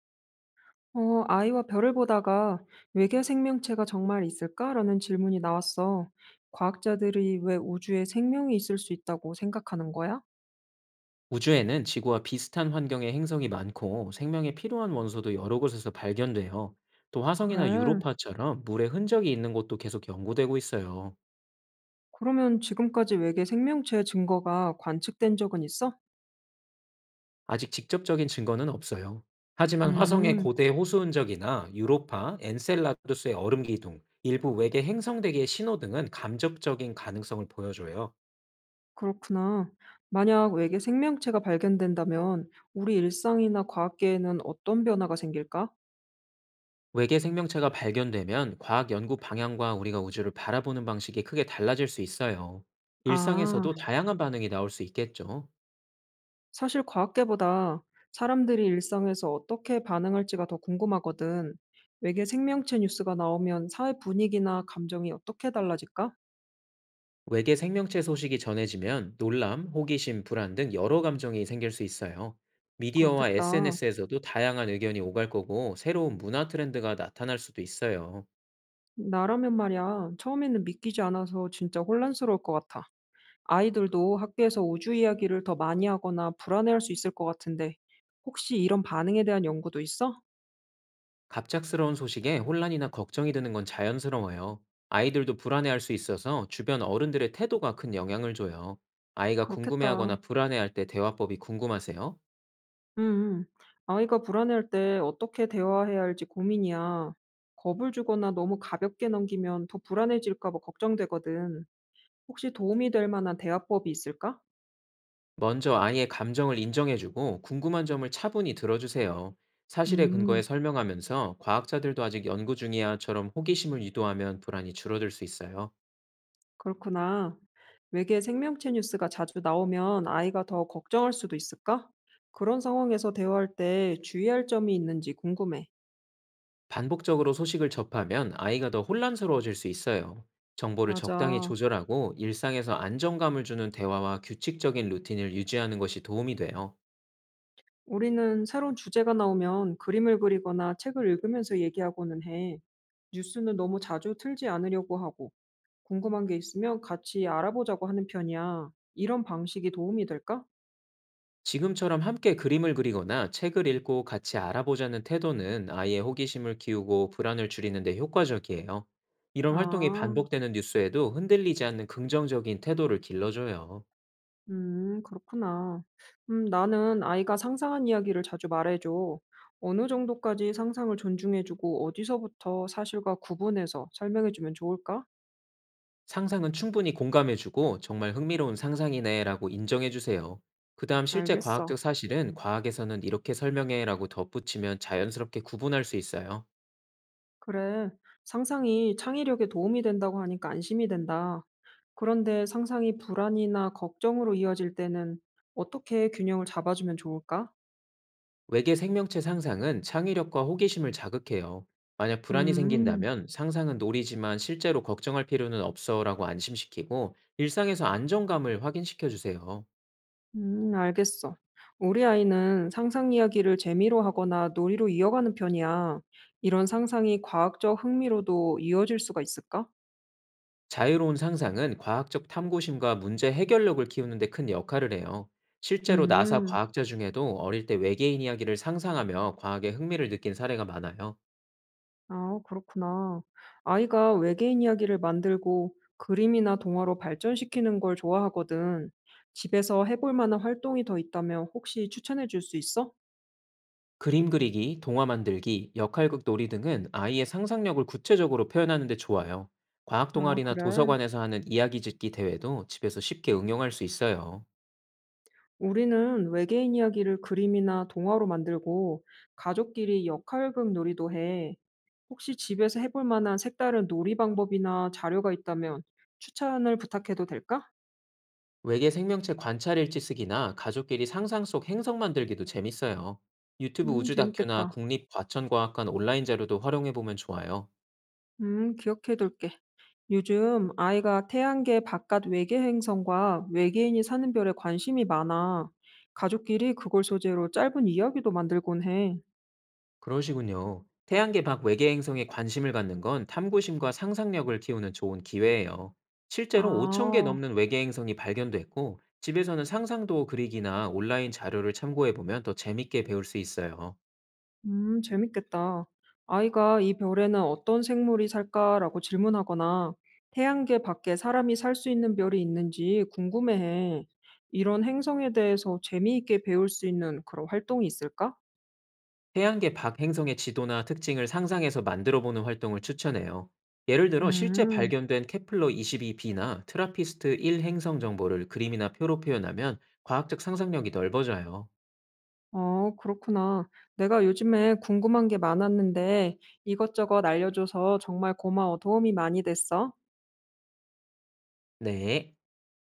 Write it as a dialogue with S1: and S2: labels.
S1: 아이와 별을 보다가 외계 생명체가 정말 있을까라는 질문이 나왔어. 과학자들이 왜 우주에 생명이 있을 수 있다고 생각하는 거야?
S2: 우주에는 지구와 비슷한 환경의 행성이 많고 생명에 필요한 원소도 여러 곳에서 발견돼요. 또 화성이나
S1: 그래.
S2: 유로파처럼 물의 흔적이 있는 곳도 계속 연구되고 있어요.
S1: 그러면 지금까지 외계 생명체의 증거가 관측된 적은 있어?
S2: 아직 직접적인 증거는 없어요. 하지만 화성의
S1: 음,
S2: 고대 호수 흔적이나 유로파, 엔셀라두스의 얼음 기둥, 일부 외계 행성 대기의 신호 등은 감접적인 가능성을 보여줘요.
S1: 그렇구나. 만약 외계 생명체가 발견된다면 우리 일상이나 과학계에는 어떤 변화가 생길까?
S2: 외계 생명체가 발견되면 과학 연구 방향과 우리가 우주를 바라보는 방식이 크게 달라질 수 있어요.
S1: 아.
S2: 일상에서도 다양한 반응이 나올 수 있겠죠.
S1: 사실 과학계보다 사람들이 일상에서 어떻게 반응할지가 더 궁금하거든. 외계 생명체 뉴스가 나오면 사회 분위기나 감정이 어떻게 달라질까?
S2: 외계 생명체 소식이 전해지면 놀람, 호기심, 불안 등 여러 감정이 생길 수 있어요. 미디어와
S1: 그렇겠다.
S2: SNS에서도 다양한 의견이 오갈 거고 새로운 문화 트렌드가 나타날 수도 있어요.
S1: 나라면 말이야. 처음에는 믿기지 않아서 진짜 혼란스러울 것 같아. 아이들도 학교에서 우주 이야기를 더 많이 하거나 불안해할 수 있을 것 같은데, 혹시 이런 반응에 대한 연구도 있어?
S2: 갑작스러운 소식에 혼란이나 걱정이 드는 건 자연스러워요. 아이들도 불안해할 수 있어서 주변 어른들의 태도가 큰 영향을 줘요. 아이가
S1: 그렇겠다.
S2: 궁금해하거나 불안해할 때 대화법이 궁금하세요?
S1: 음. 음. "아이가 불안해할 때 어떻게 대화해야 할지 고민이야. 겁을 주거나 너무 가볍게 넘기면 더 불안해질까 봐 걱정되거든. 혹시 도움이 될 만한 대화법이 있을까?"
S2: 먼저 아이의 감정을 인정해주고 궁금한 점을 차분히 들어주세요. 사실의 근거에
S1: 음.
S2: 설명하면서 과학자들도 아직 연구 중이야처럼 호기심을 유도하면 불안이 줄어들 수 있어요.
S1: 그렇구나. 외계 생명체 뉴스가 자주 나오면 아이가 더 걱정할 수도 있을까? 그런 상황에서 대화할 때 주의할 점이 있는지 궁금해.
S2: 반복적으로 소식을 접하면 아이가 더 혼란스러워질 수 있어요. 정보를 적당히
S1: 맞아.
S2: 조절하고 일상에서 안정감을 주는 대화와 규칙적인 루틴을 유지하는 것이 도움이 돼요.
S1: 우리는 새로운 주제가 나오면 그림을 그리거나 책을 읽으면서 얘기하고는 해. 뉴스는 너무 자주 틀지 않으려고 하고. 궁금한 게 있으면 같이 알아보자고 하는 편이야. 이런 방식이 도움이 될까?
S2: 지금처럼 함께 그림을 그리거나 책을 읽고 같이 알아보자는 태도는 아이의 호기심을 키우고 불안을 줄이는 데 효과적이에요. 이런 활동이
S1: 아,
S2: 반복되는 뉴스에도 흔들리지 않는 긍정적인 태도를 길러줘요.
S1: 그렇구나. 나는 아이가 상상한 이야기를 자주 말해줘. 어느 정도까지 상상을 존중해주고 어디서부터 사실과 구분해서 설명해주면 좋을까?
S2: 상상은 충분히 공감해주고 정말 흥미로운 상상이네라고 인정해주세요. 그다음 실제
S1: 알겠어.
S2: 과학적 사실은 과학에서는 이렇게 설명해라고 덧붙이면 자연스럽게 구분할 수 있어요.
S1: 그래. 상상이 창의력에 도움이 된다고 하니까 안심이 된다. 그런데 상상이 불안이나 걱정으로 이어질 때는 어떻게 균형을 잡아주면 좋을까?
S2: 외계 생명체 상상은 창의력과 호기심을 자극해요. 만약 불안이
S1: 음.
S2: 생긴다면 상상은 놀이지만 실제로 걱정할 필요는 없어라고 안심시키고 일상에서 안정감을 확인시켜 주세요.
S1: 알겠어. 우리 아이는 상상 이야기를 재미로 하거나 놀이로 이어가는 편이야. 이런 상상이 과학적 흥미로도 이어질 수가 있을까?
S2: 자유로운 상상은 과학적 탐구심과 문제 해결력을 키우는데 큰 역할을 해요. 실제로 나사
S1: 음,
S2: 과학자 중에도 어릴 때 외계인 이야기를 상상하며 과학에 흥미를 느낀 사례가 많아요.
S1: 그렇구나. 아이가 외계인 이야기를 만들고 그림이나 동화로 발전시키는 걸 좋아하거든. 집에서 해볼 만한 활동이 더 있다면 혹시 추천해 줄 수 있어?
S2: 그림 그리기, 동화 만들기, 역할극 놀이 등은 아이의 상상력을 구체적으로 표현하는 데 좋아요. 과학
S1: 아,
S2: 동아리나
S1: 그래.
S2: 도서관에서 하는 이야기 짓기 대회도 집에서 쉽게 응용할 수 있어요.
S1: 우리는 외계인 이야기를 그림이나 동화로 만들고 가족끼리 역할극 놀이도 해. 혹시 집에서 해볼 만한 색다른 놀이 방법이나 자료가 있다면 추천을 부탁해도 될까?
S2: 외계 생명체 관찰 일지 쓰기나 가족끼리 상상 속 행성 만들기도 재밌어요. 유튜브 우주 다큐나
S1: 재밌겠다.
S2: 국립과천과학관 온라인 자료도 활용해 보면 좋아요.
S1: 기억해둘게. 요즘 아이가 태양계 바깥 외계 행성과 외계인이 사는 별에 관심이 많아. 가족끼리 그걸 소재로 짧은 이야기도 만들곤 해.
S2: 그러시군요. 태양계 밖 외계 행성에 관심을 갖는 건 탐구심과 상상력을 키우는 좋은 기회예요. 실제로 5천 개
S1: 아.
S2: 넘는 외계 행성이 발견됐고, 집에서는 상상도 그리기나 온라인 자료를 참고해 보면 더 재밌게 배울 수 있어요.
S1: 재밌겠다. 아이가 이 별에는 어떤 생물이 살까라고 질문하거나 태양계 밖에 사람이 살 수 있는 별이 있는지 궁금해해. 이런 행성에 대해서 재미있게 배울 수 있는 그런 활동이 있을까?
S2: 태양계 밖 행성의 지도나 특징을 상상해서 만들어 보는 활동을 추천해요. 예를 들어 실제
S1: 음,
S2: 발견된 케플러 22b나 트라피스트 1 행성 정보를 그림이나 표로 표현하면 과학적 상상력이 넓어져요.
S1: 그렇구나. 내가 요즘에 궁금한 게 많았는데 이것저것 알려줘서 정말 고마워. 도움이 많이 됐어.
S2: 네.